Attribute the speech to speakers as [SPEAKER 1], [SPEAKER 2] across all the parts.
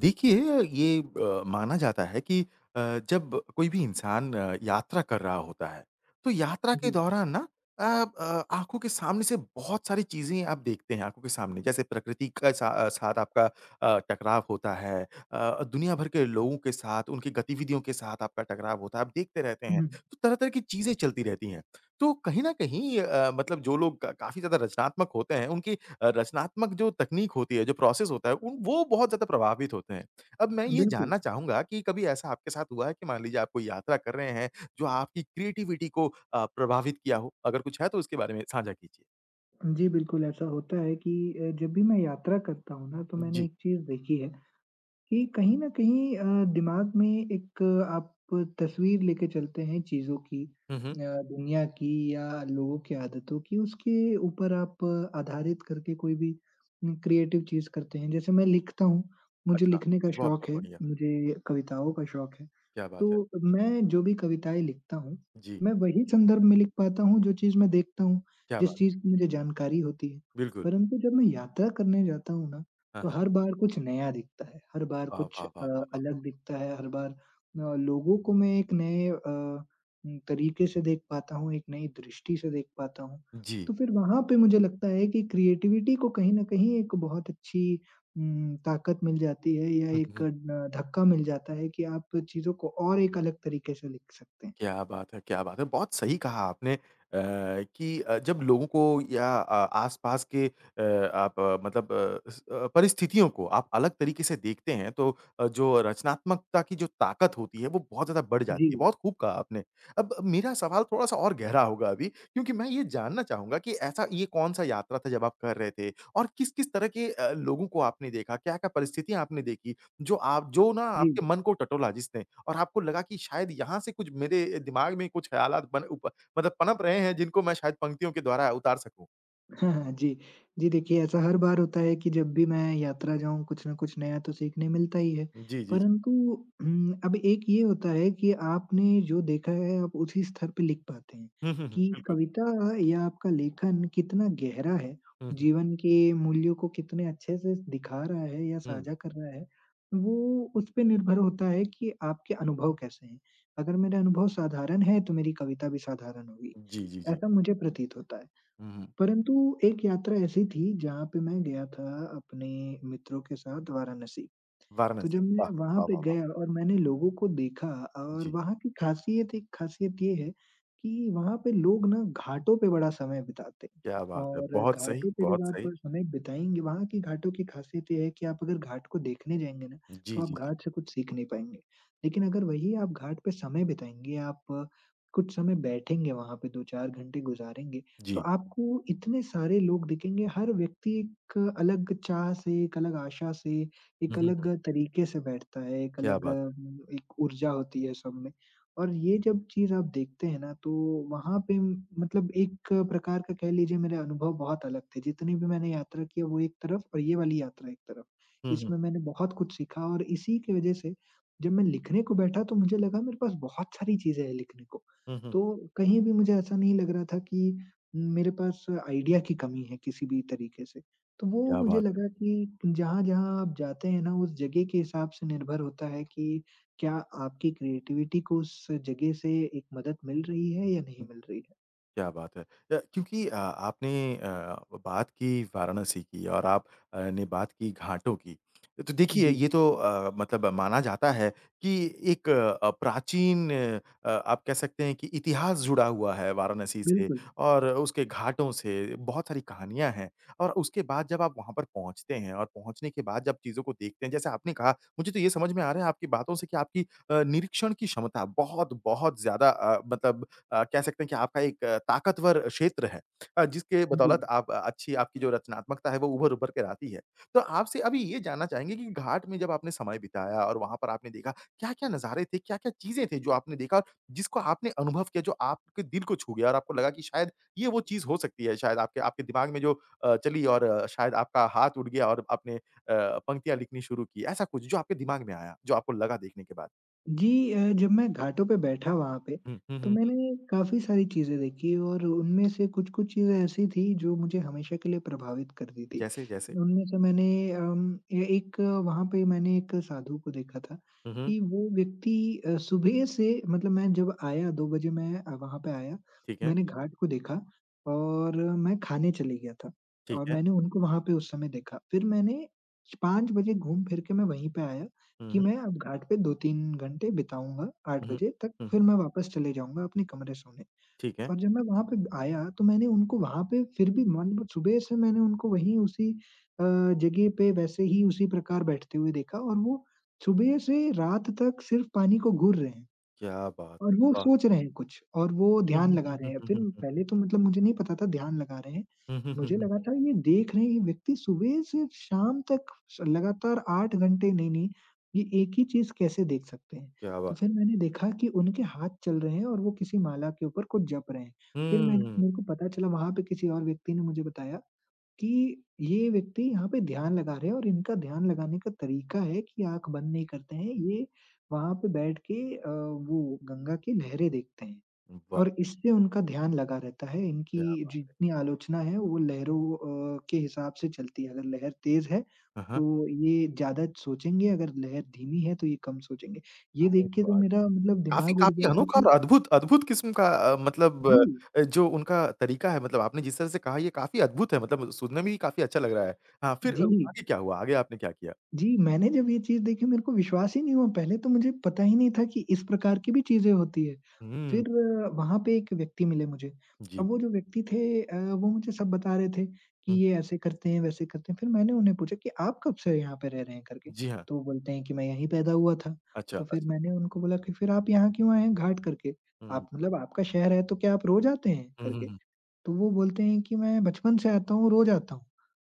[SPEAKER 1] देखिए, ये माना जाता है कि जब कोई भी इंसान यात्रा कर रहा होता है, तो यात्रा के
[SPEAKER 2] जी,
[SPEAKER 1] दौरान ना अ आँखों के सामने से बहुत सारी चीज़ें आप देखते हैं आँखों के सामने। जैसे प्रकृति के साथ आपका टकराव होता है, दुनिया भर के लोगों के साथ, उनकी गतिविधियों के साथ आपका टकराव होता है, आप देखते रहते हैं।
[SPEAKER 2] हुँ,
[SPEAKER 1] तो तरह-तरह की चीज़ें चलती रहती हैं। तो कहीं न कहीं मतलब जो लोग क काफ़ी ज़्यादा रचनात्मक होते हैं, उनकी रचनात्मक जो तकनीक होती है, जो प्रोसेस होता है, उन वो बहुत ज़्यादा प्रभावित होते हैं। अब मैं ये
[SPEAKER 2] बिल्कुल।
[SPEAKER 1] जानना चाहूँगा कि कभी ऐसा आपके साथ हुआ है कि मान लीजिए आप कोई यात्रा कर रहे हैं, जो आपकी क्रिएटिविटी को प्रभावित किया हो? अगर कुछ है तो उसके बारे में साझा कीजिए।
[SPEAKER 2] जी, बिल्कुल ऐसा होता है कि जब भी मैं यात्रा करता हूँ ना, तो मैंने
[SPEAKER 1] जी।
[SPEAKER 2] एक चीज़ देखी है कि कहीं न कहीं दिमाग में एक आप तस्वीर लेके चलते हैं चीज़ों की,
[SPEAKER 1] हुँ, हुँ।
[SPEAKER 2] दुनिया की या लोगों की आदतों की, उसके ऊपर आप आधारित करके कोई भी क्रिएटिव चीज़ करते हैं। जैसे मैं लिखता हूँ, मुझे
[SPEAKER 1] अच्छा,
[SPEAKER 2] लिखने का शौक
[SPEAKER 1] बहुत-बहुत
[SPEAKER 2] है,
[SPEAKER 1] बढ़िया।
[SPEAKER 2] मुझे कविताओं का शौक है।
[SPEAKER 1] क्या बात है!
[SPEAKER 2] तो मैं जो भी कविताएँ लिखता हूँ,
[SPEAKER 1] जी,
[SPEAKER 2] मैं वही संदर्भ में लिख पाता हूँ जो चीज़ मैं देखता हूँ,
[SPEAKER 1] क्या
[SPEAKER 2] जिस
[SPEAKER 1] बात
[SPEAKER 2] चीज़
[SPEAKER 1] है!
[SPEAKER 2] की मुझे जानकारी होती है।
[SPEAKER 1] बिल्कुल।
[SPEAKER 2] परंतु जब मैं यात्रा करने जाता हूँ ना,
[SPEAKER 1] हाँ,
[SPEAKER 2] तो
[SPEAKER 1] हाँ।
[SPEAKER 2] हर बार कुछ नया दिखता है, हर बार
[SPEAKER 1] वाह,
[SPEAKER 2] कुछ
[SPEAKER 1] वाह, वाह, वाह, वाह!
[SPEAKER 2] अलग दिखता है, हर बार लोगों को मैं एक नए तरीके से देख पाता हूँ, एक नई दृष्टि से देख पाता हूँ।
[SPEAKER 1] जी।
[SPEAKER 2] तो फिर वहाँ पे मुझे लगता है कि क्रिएटिविटी को कहीं न कहीं एक बहुत अच्छी ताकत मिल जाती है या
[SPEAKER 1] हुँ, हुँ,
[SPEAKER 2] एक
[SPEAKER 1] हुँ।
[SPEAKER 2] धक्का मिल जाता है कि आप चीज़ों को और एक अलग तरीके से लिख सकते हैं।
[SPEAKER 1] क्या बात है, क्या बात है! बहुत सही कहा आपने अ, कि जब लोगों को या आस-पास के आप मतलब परिस्थितियों को आप अलग तरीके से देखते हैं तो जो रचनात्मकता की जो ताकत होती है वो बहुत ज़्यादा बढ़
[SPEAKER 2] जी,
[SPEAKER 1] जाती है। बहुत खूब कहा आपने। अब मेरा सवाल थोड़ा-सा और गहरा होगा अभी क्योंकि मैं ये जानना चाहूँगा कि ऐसा ये कौन-सा यात्रा था जब आप कर रहे थे? और किस-किस तरह के लोगों को आपने देखा? क्या-क्या परिस्थितियाँ आपने देखी जो
[SPEAKER 2] जी।
[SPEAKER 1] आपके मन को टटोला जिसने? और आपको लगा कि शायद यहाँ से कुछ मेरे दिमाग में कुछ ख़्यालात बन उप मतलब पनप रहे हैं जिनको मैं शायद पंक्तियों के द्वारा उतार सकूँ।
[SPEAKER 2] हाँ, हाँ, जी। जी, देखिए ऐसा हर बार होता है कि जब भी मैं यात्रा जाऊँ कुछ न कुछ नया तो सीखने मिलता ही है।
[SPEAKER 1] जी, जी, जी।
[SPEAKER 2] परंतु अब एक ये होता है कि आपने जो देखा है आप उसी स्तर पे लिख पाते हैं,
[SPEAKER 1] हुँ, हुँ, हुँ,
[SPEAKER 2] कि
[SPEAKER 1] बिल्कुल।
[SPEAKER 2] कविता या आपका लेखन कितना गहरा है,
[SPEAKER 1] हुँ, हुँ,
[SPEAKER 2] जीवन के मूल्यों को कितने अच्छे से दिखा रहा है या
[SPEAKER 1] हुँ।
[SPEAKER 2] साझा कर रहा है, वो उस पे निर्भर होता है कि आपके अनुभव कैसे हैं। अगर मेरे अनुभव साधारण है तो मेरी कविता भी साधारण होगी।
[SPEAKER 1] जी, जी, जी।
[SPEAKER 2] ऐसा मुझे प्रतीत होता है।
[SPEAKER 1] हुँ, हुँ।
[SPEAKER 2] परंतु एक यात्रा ऐसी थी जहाँ पे मैं गया था अपने मित्रों के साथ वाराणसी। तो
[SPEAKER 1] वाराणसी,
[SPEAKER 2] जब मैं
[SPEAKER 1] वाह!
[SPEAKER 2] वहाँ
[SPEAKER 1] वाह,
[SPEAKER 2] पे
[SPEAKER 1] वाह, वाह!
[SPEAKER 2] गया और मैंने लोगों को देखा और
[SPEAKER 1] जी,
[SPEAKER 2] वहाँ की ख़ासियत, एक ख़ासियत ये है कि वहाँ पे लोग ना घाटों पे बड़ा समय बिताते हैं
[SPEAKER 1] क्या बात है।
[SPEAKER 2] और
[SPEAKER 1] बहुत सही,
[SPEAKER 2] घाटों पे
[SPEAKER 1] बहुत
[SPEAKER 2] जब आप
[SPEAKER 1] सही।
[SPEAKER 2] समय बिताएँगे, वहाँ की घाटों की ख़ासियत ये है कि आप अगर घाट को देखने जाएँगे ना,
[SPEAKER 1] जी,
[SPEAKER 2] तो आप
[SPEAKER 1] जी, जी।
[SPEAKER 2] घाट से कुछ सीख नहीं पाएँगे। लेकिन अगर वही आप घाट पे समय बिताएँगे, आप कुछ समय बैठेंगे वहाँ पे, 2-4 घंटे गुज़ारेंगे, तो
[SPEAKER 1] जी।
[SPEAKER 2] आपको इतने सारे लोग दिखेंगे, हर व्यक्ति एक अलग चाह से, एक अलग आशा से,
[SPEAKER 1] हुँ,
[SPEAKER 2] एक
[SPEAKER 1] हुँ,
[SPEAKER 2] अलग
[SPEAKER 1] हुँ।
[SPEAKER 2] तरीके से बैठता है, एक
[SPEAKER 1] क्या
[SPEAKER 2] अलग
[SPEAKER 1] बात है।
[SPEAKER 2] एक ऊर्जा होती है सब में। और ये जब चीज़ आप देखते हैं ना, तो वहाँ पे मतलब एक प्रकार का कह लीजिए, मेरे अनुभव बहुत अलग थे। जितनी भी मैंने यात्रा की है वो एक तरफ और ये वाली यात्रा एक तरफ।
[SPEAKER 1] हुँ, हुँ।
[SPEAKER 2] इसमें मैंने बहुत कुछ सीखा और इसी की वज़ह से जब मैं लिखने को बैठा तो मुझे लगा मेरे पास बहुत सारी चीज़ें हैं लिखने को।
[SPEAKER 1] हुँ,
[SPEAKER 2] तो
[SPEAKER 1] हुँ।
[SPEAKER 2] कहीं भी मुझे ऐसा नहीं लग रहा था कि मेरे पास आइडिया की कमी है किसी भी तरीके से। तो वो
[SPEAKER 1] क्या
[SPEAKER 2] मुझे
[SPEAKER 1] बात
[SPEAKER 2] लगा कि जहाँ-जहाँ आप जाते हैं ना, उस जगह के हिसाब से निर्भर होता है कि क्या आपकी क्रिएटिविटी को उस जगह से एक मदद मिल रही है या नहीं
[SPEAKER 1] है।
[SPEAKER 2] मिल रही है।
[SPEAKER 1] क्या बात है। क्योंकि आपने बात की वाराणसी की और आप ने बात की घाटों की। तो देखिए
[SPEAKER 2] जी,
[SPEAKER 1] ये तो मतलब माना जाता है कि एक प्राचीन आप कह सकते हैं कि इतिहास जुड़ा हुआ है वाराणसी से
[SPEAKER 2] बिल्कुल।
[SPEAKER 1] और उसके घाटों से बहुत सारी कहानियाँ हैं। और उसके बाद जब आप वहाँ पर पहुँचते हैं और पहुँचने के बाद जब चीज़ों को देखते हैं जैसे आपने कहा मुझे तो ये समझ में आ रहा है आपकी बातों से कि आपकी निरीक्षण की क्षमता बहुत-बहुत ज़्यादा मतलब कह सकते हैं कि आपका एक ताकतवर क्षेत्र है जिसके
[SPEAKER 2] जी।
[SPEAKER 1] बदौलत आप अच्छी आपकी जो रचनात्मकता है वो उभर-उभर कर आती है। तो आपसे अभी ये जानना चाहेंगे कि घाट में जब आपने समय बिताया और वहाँ पर आपने देखा, क्या-क्या नज़ारे थे, क्या-क्या चीज़ें थी जो आपने देखा, और जिसको आपने अनुभव किया जो आपके दिल को छू गया और आपको लगा कि शायद ये वो चीज़ हो सकती है, शायद आपके आपके दिमाग में जो चली और शायद आपका हाथ उठ गया और आपने पंक्तियाँ लिखनी शुरू की, ऐसा कुछ जो आपके दिमाग में आया, जो आपको लगा देखने के बाद?
[SPEAKER 2] जी, जब मैं घाटों पे बैठा वहाँ पे,
[SPEAKER 1] हुँ, हुँ,
[SPEAKER 2] तो
[SPEAKER 1] हुँ, हुँ।
[SPEAKER 2] मैंने काफ़ी सारी चीज़ें देखी और उनमें से कुछ-कुछ चीज़ें ऐसी थी जो मुझे हमेशा के लिए प्रभावित कर दी थी।
[SPEAKER 1] जैसे, जैसे?
[SPEAKER 2] उनमें से मैंने अम, ए एक वहाँ पे मैंने एक साधु को देखा था
[SPEAKER 1] हुँ, हुँ।
[SPEAKER 2] कि वो व्यक्ति सुबह से, मतलब मैं जब आया 2 बजे मैं वहाँ पे आया,
[SPEAKER 1] ठीक है,
[SPEAKER 2] मैंने घाट को देखा और मैं खाने चले गया था
[SPEAKER 1] ठीक
[SPEAKER 2] और
[SPEAKER 1] है।
[SPEAKER 2] मैंने उनको वहाँ पे उस समय देखा। फिर मैंने 5 बजे घूम फिर के मैं वहीं पे आया
[SPEAKER 1] हुँ,
[SPEAKER 2] कि
[SPEAKER 1] हुँ।
[SPEAKER 2] मैं अब घाट पे 2-3 घंटे बिताऊँगा 8
[SPEAKER 1] हुँ, हुँ।
[SPEAKER 2] बजे तक,
[SPEAKER 1] हुँ, हुँ।
[SPEAKER 2] फिर मैं वापस चले जाऊँगा अपने कमरे सोने।
[SPEAKER 1] ठीक है।
[SPEAKER 2] और जब मैं वहाँ पे आया तो मैंने उनको वहाँ पे फिर भी, मान लो सुबह से मैंने उनको वहीं उसी अ, जगह पे वैसे ही उसी प्रकार बैठते हुए देखा और वो सुबह से रात तक सिर्फ़ पानी को घूर रहे हैं।
[SPEAKER 1] क्या बात
[SPEAKER 2] और
[SPEAKER 1] है!
[SPEAKER 2] वो
[SPEAKER 1] वाह!
[SPEAKER 2] सोच रहे हैं कुछ और वो
[SPEAKER 1] हुँ,
[SPEAKER 2] ध्यान
[SPEAKER 1] हुँ,
[SPEAKER 2] लगा
[SPEAKER 1] हुँ,
[SPEAKER 2] रहे
[SPEAKER 1] हुँ,
[SPEAKER 2] हैं।
[SPEAKER 1] हुँ,
[SPEAKER 2] फिर
[SPEAKER 1] हुँ, हुँ।
[SPEAKER 2] पहले तो मतलब मुझे नहीं पता था ध्यान लगा रहे हैं।
[SPEAKER 1] हुँ, हुँ, हुँ,
[SPEAKER 2] मुझे लगा
[SPEAKER 1] हुँ।
[SPEAKER 2] था ये देख रहे हैं, ये व्यक्ति सुबह से शाम तक स लगातार 8 घंटे, नहीं, नहीं, ये एक ही चीज़ कैसे देख सकते हैं।
[SPEAKER 1] क्या
[SPEAKER 2] तो
[SPEAKER 1] बात
[SPEAKER 2] फिर
[SPEAKER 1] है!
[SPEAKER 2] मैंने देखा कि उनके हाथ चल रहे हैं और वो किसी माला के ऊपर कुछ जप रहे हैं। फिर मैंने,
[SPEAKER 1] हुँ।
[SPEAKER 2] मेरे को पता चला वहाँ पे, किसी और व्यक्ति ने मुझे बताया कि ये व्यक्ति यहाँ पे ध्यान लगा रहे हैं और इनका ध्यान लगाने का तरीका है कि आँख बंद नहीं करते हैं, ये वहाँ पे बैठ के वो गंगा की लहरें देखते हैं
[SPEAKER 1] वाह!
[SPEAKER 2] और इससे उनका ध्यान लगा रहता है। इनकी
[SPEAKER 1] क्या
[SPEAKER 2] जितनी आलोचना है वो लहरों के हिसाब से चलती है। अगर लहर तेज़ है,
[SPEAKER 1] हाँ, हाँ।
[SPEAKER 2] तो ये ज़्यादा सोचेंगे, अगर लहर धीमी है, तो ये कम सोचेंगे। ये
[SPEAKER 1] अरे
[SPEAKER 2] देख के तो
[SPEAKER 1] वाह!
[SPEAKER 2] मेरा मतलब
[SPEAKER 1] काफ़ी
[SPEAKER 2] दिमाग उड़
[SPEAKER 1] काफ़ी
[SPEAKER 2] गया था
[SPEAKER 1] अनोखा और
[SPEAKER 2] कि
[SPEAKER 1] अद्भुत अद्भुत किस्म का मतलब
[SPEAKER 2] जी,
[SPEAKER 1] जो उनका तरीका है मतलब आपने जिस तरह से कहा ये काफ़ी अद्भुत है मतलब सुनने में ही काफ़ी अच्छा लग रहा है। हाँ, फिर
[SPEAKER 2] जी।
[SPEAKER 1] आगे क्या हुआ? आगे आपने क्या किया?
[SPEAKER 2] जी, मैंने जब ये चीज़ देखी मेरे को विश्वास ही नहीं हुआ, पहले तो मुझे पता ही नहीं था कि इस प्रकार की भी चीज़ें होती है।
[SPEAKER 1] हुँ।
[SPEAKER 2] फिर वहाँ पे एक व्यक्ति मिले मुझे,
[SPEAKER 1] जी।
[SPEAKER 2] अब वो जो व्यक्ति थे वो मुझे सब बता रहे थे कि
[SPEAKER 1] हुँ।
[SPEAKER 2] ये ऐसे करते हैं, वैसे करते हैं, फिर मैंने उन्हें पूछा कि आप कब से यहाँ पे रह रहे हैं करके?
[SPEAKER 1] जी हाँ।
[SPEAKER 2] तो वो बोलते हैं कि मैं यहीं पैदा हुआ था।
[SPEAKER 1] अच्छा,
[SPEAKER 2] तो फिर
[SPEAKER 1] अच्छा।
[SPEAKER 2] मैंने उनको बोला कि फिर आप यहाँ क्यों आए हैं घाट करके?
[SPEAKER 1] हुँ।
[SPEAKER 2] आप मतलब आपका शहर है तो क्या आप रोज़ आते हैं?
[SPEAKER 1] हुँ, हुँ,
[SPEAKER 2] करके।
[SPEAKER 1] हुँ।
[SPEAKER 2] तो वो बोलते हैं कि मैं बचपन से आता हूँ, रोज़ आता हूँ।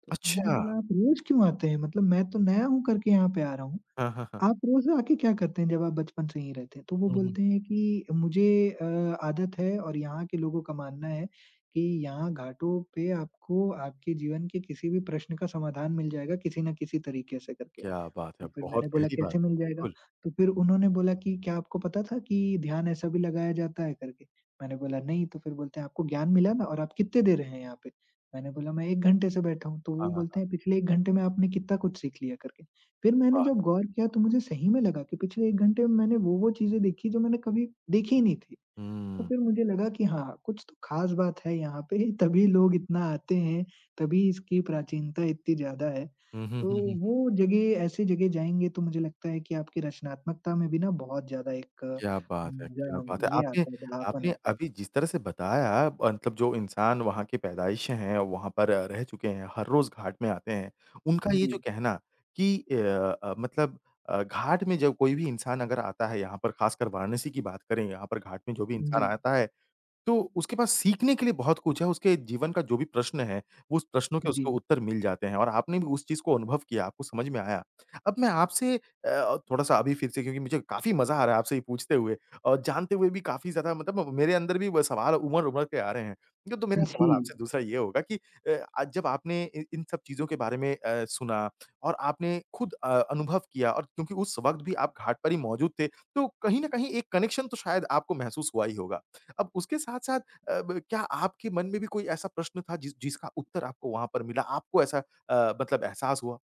[SPEAKER 2] तो मैंने
[SPEAKER 1] अच्छा!
[SPEAKER 2] बोला आप रोज़ क्यों आते हैं? मतलब मैं तो नया हूँ करके यहाँ पे आ रहा हूँ।
[SPEAKER 1] हाँ, हाँ, हाँ।
[SPEAKER 2] आप रोज़ आके क्या करते हैं जब आप बचपन से यहीं रहते हैं? तो वो
[SPEAKER 1] हुँ, हुँ।
[SPEAKER 2] बोलते हैं कि मुझे आदत है और यहाँ के लोगों का मानना है कि यहाँ घाटों पे आपको आपके जीवन के किसी भी प्रश्न का समाधान मिल जाएगा किसी न किसी तरीके से करके।
[SPEAKER 1] क्या बात है!
[SPEAKER 2] तो फिर
[SPEAKER 1] बहुत
[SPEAKER 2] मैंने बोला
[SPEAKER 1] गहरी बात
[SPEAKER 2] कैसे
[SPEAKER 1] है।
[SPEAKER 2] मिल जाएगा?
[SPEAKER 1] बिल्कुल।
[SPEAKER 2] तो फिर उन्होंने बोला कि क्या आपको पता था कि ध्यान ऐसा भी लगाया जाता है करके? मैंने बोला नहीं, तो फिर बोलते हैं आपको ज्ञान मिला ना, और आप कितने देर हैं यहाँ पे? मैंने बोला मैं 1 घंटे से बैठा हूँ, तो
[SPEAKER 1] हाँ,
[SPEAKER 2] वो
[SPEAKER 1] हाँ, हाँ।
[SPEAKER 2] बोलते हैं पिछले 1 घंटे में आपने कितना कुछ सीख लिया करके। फिर मैंने
[SPEAKER 1] वाह!
[SPEAKER 2] जब गौर किया तो मुझे सही में लगा कि पिछले 1 घंटे में मैंने वो-वो चीज़ें देखी जो मैंने कभी देखी ही नहीं थी। तो
[SPEAKER 1] हुँ।
[SPEAKER 2] फिर मुझे लगा कि हाँ, कुछ तो ख़ास बात है यहाँ पे, तभी लोग इतना आते हैं, तभी इसकी प्राचीनता इतनी ज़्यादा है।
[SPEAKER 1] हुँ, हुँ,
[SPEAKER 2] तो
[SPEAKER 1] हुँ, हुँ।
[SPEAKER 2] वो जगह, ऐसी जगह जाएँगे तो मुझे लगता है कि आपकी रचनात्मकता में भी ना बहुत ज़्यादा एक
[SPEAKER 1] क्या बात है,
[SPEAKER 2] उम,
[SPEAKER 1] क्या बात
[SPEAKER 2] ज
[SPEAKER 1] है!
[SPEAKER 2] ये
[SPEAKER 1] आपने
[SPEAKER 2] आता है, बढ़ापन
[SPEAKER 1] आपने
[SPEAKER 2] आता है।
[SPEAKER 1] अभी जिस तरह से बताया मतलब जो इंसान वहाँ के पैदाइश हैं, वहाँ पर रह चुके हैं, हर रोज़ घाट में आते हैं, उनका ये जो
[SPEAKER 2] जी,
[SPEAKER 1] कहना कि मतलब घाट में जब कोई भी इंसान अगर आता है यहाँ पर, खासकर वाराणसी की बात करें, यहाँ पर घाट में जो भी इंसान
[SPEAKER 2] जी,
[SPEAKER 1] आता है तो उसके पास सीखने के लिए बहुत कुछ है, उसके जीवन का जो भी प्रश्न है, वो उस प्रश्नों के उसको
[SPEAKER 2] जी,
[SPEAKER 1] उत्तर मिल जाते हैं और आपने भी उस चीज़ को अनुभव किया, आपको समझ में आया। अब मैं आपसे थोड़ा-सा अभी फिर से क्योंकि मुझे काफ़ी मज़ा आ रहा है आपसे ये पूछते हुए और जानते हुए भी काफ़ी ज़्यादा मतलब मेरे अंदर भी वो सवाल उमड़-उमड़ के आ रहे हैं। तो मेरा
[SPEAKER 2] जी।
[SPEAKER 1] सवाल आपसे दूसरा ये होगा कि आज जब आपने इ इन सब चीज़ों के बारे में सुना और आपने खुद अनुभव किया और क्योंकि उस वक़्त भी आप घाट पर ही मौजूद थे, तो कहीं न कहीं एक कनेक्शन तो शायद आपको महसूस हुआ ही होगा। अब उसके साथ-साथ अ, ब क्या आपके मन में भी कोई ऐसा प्रश्न था जिसका उत्तर आपको वहाँ पर मिला? आपको ऐसा मतलब एहसास हुआ?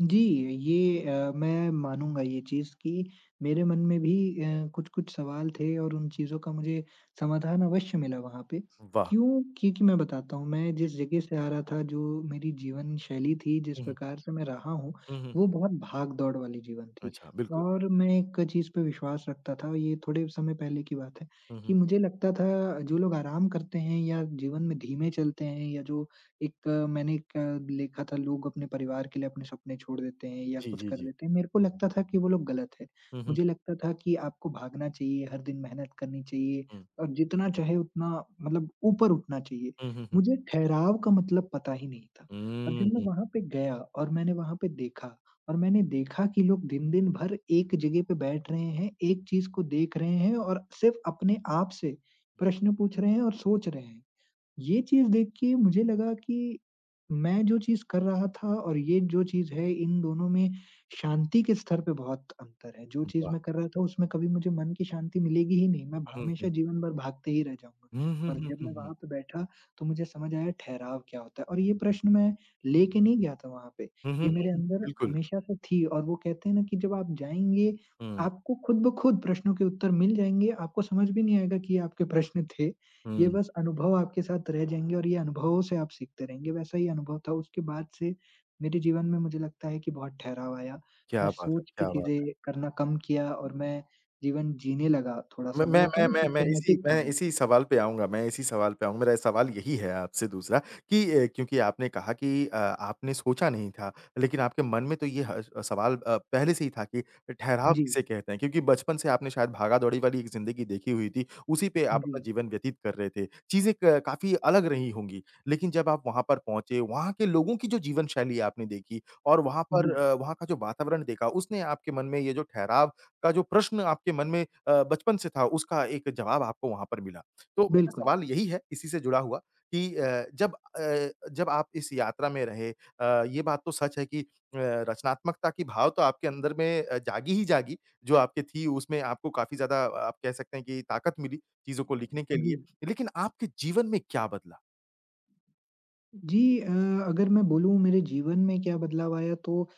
[SPEAKER 2] जी, ये, मैं मानूँगा ये चीज़ कि मेरे मन में भी कुछ-कुछ सवाल थे और उन चीज़ों का मुझे समाधान अवश्य मिला वहाँ पे।
[SPEAKER 1] वाह!
[SPEAKER 2] क्यों? क्योंकि मैं बताता हूँ, मैं
[SPEAKER 1] जी।
[SPEAKER 2] जिस जगह से आ रहा था, जो मेरी जीवन शैली थी, जिस
[SPEAKER 1] हुँ, हुँ।
[SPEAKER 2] प्रकार से मैं रहा हूँ,
[SPEAKER 1] हुँ, हुँ, हुँ।
[SPEAKER 2] वो बहुत भाग-दौड़ वाली जीवन थी
[SPEAKER 1] अच्छा, बिल्कुल।
[SPEAKER 2] और मैं एक चीज़ पे विश्वास रखता था, ये थोड़े समय पहले की बात है,
[SPEAKER 1] हुँ,
[SPEAKER 2] कि
[SPEAKER 1] हुँ।
[SPEAKER 2] मुझे लगता था जो लोग आराम करते हैं या जीवन में धीमे चलते हैं या जो एक अ, मैंने एक देखा था, लोग अपने परिवार के लिए अपने सपने छोड़ देते हैं या
[SPEAKER 1] जी,
[SPEAKER 2] कुछ
[SPEAKER 1] जी,
[SPEAKER 2] कर
[SPEAKER 1] जी।
[SPEAKER 2] देते हैं। मेरे को लगता था कि वो लोग गलत है।
[SPEAKER 1] हुँ, हुँ,
[SPEAKER 2] मुझे लगता था कि आपको भागना चाहिए, हर दिन मेहनत करनी चाहिए
[SPEAKER 1] हुँ।
[SPEAKER 2] और जितना चाहे उतना मतलब ऊपर उठना चाहिए।
[SPEAKER 1] हुँ, हुँ, हुँ।
[SPEAKER 2] मुझे ठहराव का मतलब पता ही नहीं था
[SPEAKER 1] हुँ,
[SPEAKER 2] और
[SPEAKER 1] हुँ,
[SPEAKER 2] जब मैं
[SPEAKER 1] हुँ।
[SPEAKER 2] वहाँ पे गया और मैंने वहाँ पे देखा और मैंने देखा कि लोग दिन-दिन भर एक जगह पे बैठ रहे हैं, एक चीज़ को देख रहे हैं और सिर्फ़ अपने आप से प्रश्न पूछ रहे हैं और सोच रहे हैं। ये चीज़ देख के मुझे लगा कि मैं जो चीज़ कर रहा था और ये जो चीज़ है, इन दोनों में शांति के स्तर पे बहुत अंतर है। जो चीज़
[SPEAKER 1] वाह!
[SPEAKER 2] मैं कर रहा था, उसमें कभी मुझे मन की शांति मिलेगी ही नहीं। मैं
[SPEAKER 1] हुँ,
[SPEAKER 2] हमेशा
[SPEAKER 1] हुँ।
[SPEAKER 2] जीवन भर भागते ही रह जाऊँगा,
[SPEAKER 1] हुँ, हुँ,
[SPEAKER 2] और
[SPEAKER 1] हुँ,
[SPEAKER 2] जब
[SPEAKER 1] हुँ,
[SPEAKER 2] मैं
[SPEAKER 1] हुँ।
[SPEAKER 2] वहाँ पे बैठा, तो मुझे समझ आया ठहराव क्या होता है और ये प्रश्न मैं लेके नहीं गया था वहाँ पे।
[SPEAKER 1] हुँ, हुँ,
[SPEAKER 2] ये
[SPEAKER 1] हुँ,
[SPEAKER 2] मेरे
[SPEAKER 1] हुँ।
[SPEAKER 2] अंदर
[SPEAKER 1] बिल्कुल।
[SPEAKER 2] हमेशा से थी और वो कहते हैं ना कि जब आप जाएँगे,
[SPEAKER 1] हुँ,
[SPEAKER 2] आपको खुद ब खुद प्रश्नों के उत्तर मिल जाएँगे, आपको समझ भी नहीं आएगा कि ये आपके प्रश्न थे। ये
[SPEAKER 1] हुँ।
[SPEAKER 2] बस अनुभव आपके साथ रह जाएँगे और ये अनुभवों से आप सीखते रहेंगे, वैसा ही अनुभव था। उसके बाद से मेरे जीवन में मुझे लगता है कि बहुत ठहराव आया।
[SPEAKER 1] क्या
[SPEAKER 2] मैं
[SPEAKER 1] बात है!
[SPEAKER 2] सोच के
[SPEAKER 1] क्या बात है।
[SPEAKER 2] चीज़ें करना कम किया और मैं जीवन जीने लगा
[SPEAKER 1] मैं
[SPEAKER 2] थोड़ा-सा। वो
[SPEAKER 1] मैं
[SPEAKER 2] होता है
[SPEAKER 1] मैं
[SPEAKER 2] ना,
[SPEAKER 1] मैं मैं इसी
[SPEAKER 2] सिस्टमैटिक था
[SPEAKER 1] मैं
[SPEAKER 2] मैं।
[SPEAKER 1] इसी सवाल पे आऊँगा। मैं इसी सवाल पे आऊँगा। मेरा सवाल यही है आपसे दूसरा कि क्योंकि आपने कहा कि आपने सोचा नहीं था, लेकिन आपके मन में तो ये ह सवाल पहले से ही था कि ठहराव
[SPEAKER 2] जी,
[SPEAKER 1] किसे कहते हैं? क्योंकि बचपन से आपने शायद भागा-दौड़ी वाली एक ज़िंदगी देखी हुई थी, उसी पे आप अपना
[SPEAKER 2] जी,
[SPEAKER 1] जीवन व्यतीत कर रहे थे। चीज़ें क काफ़ी अलग रही होंगी, लेकिन जब आप वहाँ पर पहुँचे, वहाँ के लोगों की जो जीवन शैली आपने देखी और वहाँ पर
[SPEAKER 2] जी।
[SPEAKER 1] वहाँ का जो वातावरण देखा, उसने आपके मन में ये जो ठहराव का जो प्रश्न आपके मन में बचपन से था उसका एक जवाब आपको वहाँ पर मिला। तो मेरा
[SPEAKER 2] बिल्कुल,
[SPEAKER 1] सवाल यही है इसी से जुड़ा हुआ कि जब आप इस यात्रा में रहे ये बात तो सच है कि रचनात्मकता की भाव तो आपके अंदर में जागी ही जागी जो आपके थी उसमें आपको काफ़ी ज़्यादा आप कह सकते हैं कि ताकत मिली चीज़ों को लिखने के
[SPEAKER 2] जी।
[SPEAKER 1] लिए। लेकिन आपके जीवन में क्या बदला?
[SPEAKER 2] जी, अगर मैं बोलूँ मेरे जीवन में क्या बदलाव आया तो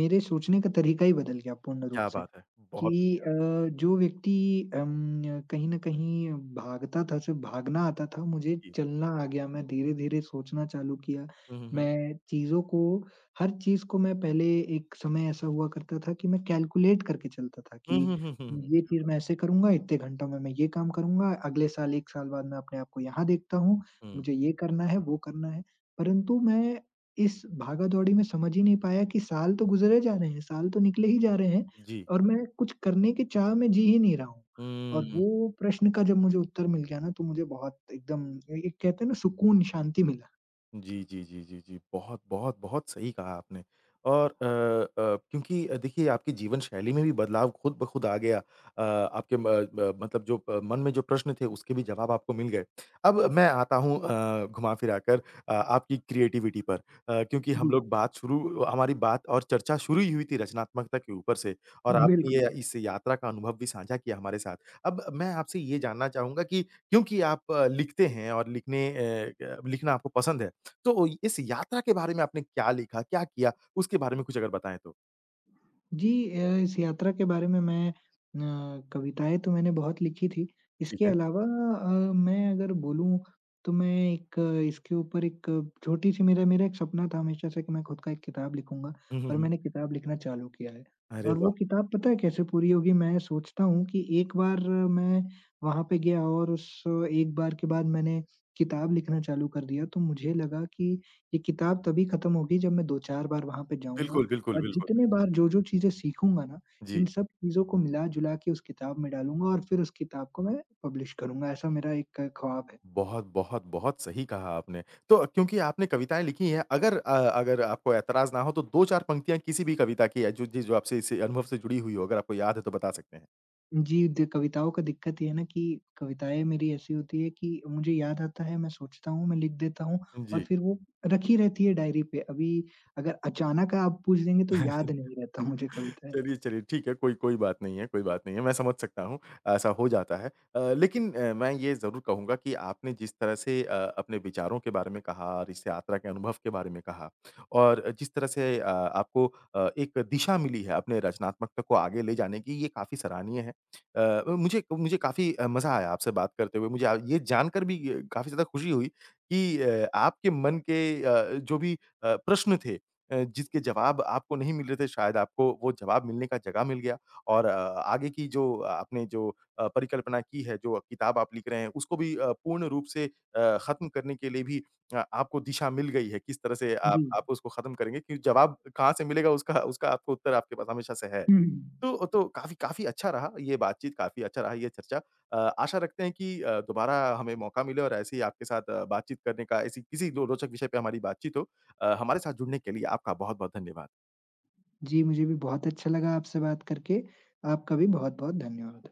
[SPEAKER 2] मेरे सोचने का तरीका ही बदल गया पूर्ण रूप
[SPEAKER 1] क्या
[SPEAKER 2] से,
[SPEAKER 1] बात है!
[SPEAKER 2] कि
[SPEAKER 1] बहुत
[SPEAKER 2] जो व्यक्ति कहीं न कहीं भागता था, सिर्फ़ भागना आता था, मुझे
[SPEAKER 1] जी।
[SPEAKER 2] चलना आ गया। मैं धीरे-धीरे सोचना चालू किया।
[SPEAKER 1] हुँ, हुँ, हुँ।
[SPEAKER 2] मैं चीज़ों को, हर चीज़ को मैं पहले, एक समय ऐसा हुआ करता था कि मैं कैलकुलेट करके चलता था
[SPEAKER 1] हुँ,
[SPEAKER 2] कि
[SPEAKER 1] हुँ, हुँ, हुँ, हुँ।
[SPEAKER 2] ये चीज़ मैं ऐसे करूँगा, इतने घंटों में मैं ये काम करूँगा, अगले साल 1 साल बाद मैं अपने आप को यहाँ देखता हूँ,
[SPEAKER 1] हुँ,
[SPEAKER 2] मुझे ये करना है, वो करना है। परंतु मैं इस भागा-दौड़ी में समझ ही नहीं पाया कि साल तो गुज़रे जा रहे हैं, साल तो निकले ही जा रहे हैं
[SPEAKER 1] जी।
[SPEAKER 2] और मैं कुछ करने की चाह में जी ही नहीं रहा हूँ। और
[SPEAKER 1] हुँ।
[SPEAKER 2] वो प्रश्न का जब मुझे उत्तर मिल गया ना, तो मुझे बहुत एकदम ए एक कहते हैं ना, सुकून, शांति मिला।
[SPEAKER 1] जी, जी, जी, जी, जी। बहुत, बहुत, बहुत सही कहा आपने। और क्योंकि देखिए आपकी जीवन शैली में भी बदलाव खुद ब खुद आ गया। आपके म म मतलब जो प मन में जो प्रश्न थे उसके भी जवाब आपको मिल गए। अब मैं आता हूँ घुमा फिरा कर आपकी क्रिएटिविटी पर। क्योंकि हम
[SPEAKER 2] जी,
[SPEAKER 1] लोग बात शुरू हमारी बात और चर्चा शुरू ही हुई थी रचनात्मकता के ऊपर से और आपने
[SPEAKER 2] बिल्कुल।
[SPEAKER 1] ये इस यात्रा का अनुभव भी साझा किया हमारे साथ। अब मैं आपसे ये जानना चाहूँगा कि क्योंकि आप लिखते हैं और लिखने अ, क लिखना आपको पसंद है। तो इस यात्रा के बारे में आपने क्या लिखा, क्या किया? उसके बारे में कुछ अगर बताएँ तो?
[SPEAKER 2] जी, इस यात्रा के बारे में मैं कविताएँ तो मैंने बहुत लिखी थी।
[SPEAKER 1] ठीक
[SPEAKER 2] इसके
[SPEAKER 1] है।
[SPEAKER 2] अलावा मैं अगर बोलूँ तो मैं एक, इसके ऊपर एक छोटी-सी, मेरा मेरा एक सपना था हमेशा से कि मैं खुद का एक किताब लिखूँगा
[SPEAKER 1] हुँ, हुँ,
[SPEAKER 2] और
[SPEAKER 1] हुँ।
[SPEAKER 2] मैंने किताब लिखना चालू किया है।
[SPEAKER 1] अरे
[SPEAKER 2] और
[SPEAKER 1] वाह!
[SPEAKER 2] वो किताब पता है कैसे पूरी होगी? मैं सोचता हूँ कि एक बार मैं वहाँ पे गया और उस, एक बार के बाद मैंने किताब लिखना चालू कर दिया, तो मुझे लगा कि ये किताब तभी खत्म होगी जब मैं 2-4 बार वहाँ पे जाऊँगा
[SPEAKER 1] बिल्कुल, बिल्कुल,
[SPEAKER 2] और
[SPEAKER 1] बिल्कुल,
[SPEAKER 2] जितने
[SPEAKER 1] बिल्कुल।
[SPEAKER 2] बार जो-जो चीज़ें सीखूँगा ना,
[SPEAKER 1] जी।
[SPEAKER 2] इन सब चीज़ों को मिला-जुला के उस किताब में डालूँगा और फिर उस किताब को मैं पब्लिश करूँगा, ऐसा मेरा एक ख्वाब है।
[SPEAKER 1] बहुत, बहुत, बहुत सही कहा आपने। तो क्योंकि आपने कविताएँ लिखी हैं, अगर आपको ऐतराज़ ना हो तो 2-4 पंक्तियाँ किसी भी कविता की है जो जी, जो आपसे इस अनुभव से जुड़ी हुई हो, अगर आपको याद है तो बता सकते हैं?
[SPEAKER 2] जी, द कविताओं का दिक्कत ये है ना कि कविताएँ मेरी ऐसी होती है कि मुझे याद आता है, मैं सोचता हूँ, मैं लिख देता हूँ और
[SPEAKER 1] जी।
[SPEAKER 2] फिर वो रखी रहती है डायरी पे। अभी अगर अचानक आप पूछ देंगे तो याद नहीं रहता मुझे कविताएँ।
[SPEAKER 1] चलिए, चलिए ठीक है, कोई कोई बात नहीं है, कोई बात नहीं है, मैं समझ सकता हूँ, ऐसा हो जाता है। लेकिन मैं ये ज़रूर कहूँगा कि आपने जिस तरह से अपने विचारों के बारे में कहा, रिस यात्रा के अनुभव के बारे में कहा और जिस तरह से आपको एक दिशा मिली है अपने रचनात्मकता को आगे ले जाने की, ये काफ़ी सराहनीय है। अ, मुझे मुझे काफ़ी मज़ा आया आपसे बात करते हुए, मुझे आ ये जानकर भी काफ़ी ज़्यादा खुशी हुई कि आपके मन के जो भी प्रश्न थे जिसके जवाब आपको नहीं मिल रहे थे शायद आपको वो जवाब मिलने का जगह मिल गया और आगे की जो आपने जो परिकल्पना की है, जो किताब आप लिख रहे हैं उसको भी पूर्ण रूप से ख़त्म करने के लिए भी आपको दिशा मिल गई है, किस तरह से आप
[SPEAKER 2] जी।
[SPEAKER 1] आप उसको ख़त्म करेंगे क्योंकि जवाब कहाँ से मिलेगा उसका उसका आपको उत्तर आपके पास हमेशा से है।
[SPEAKER 2] हुँ।
[SPEAKER 1] तो काफ़ी काफ़ी अच्छा रहा ये बातचीत, काफ़ी अच्छा रहा ये चर्चा। अ, आशा रखते हैं कि दोबारा हमें मौका मिले और ऐसे ही आपके साथ बातचीत करने का, ऐसी किसी रो रोचक विषय पे हमारी बातचीत हो। हमारे साथ जुड़ने के लिए आपका बहुत-बहुत धन्यवाद।
[SPEAKER 2] जी, मुझे भी बहुत अच्छा लगा आपसे बात करके। आपका भी बहुत-बहुत धन्यवाद।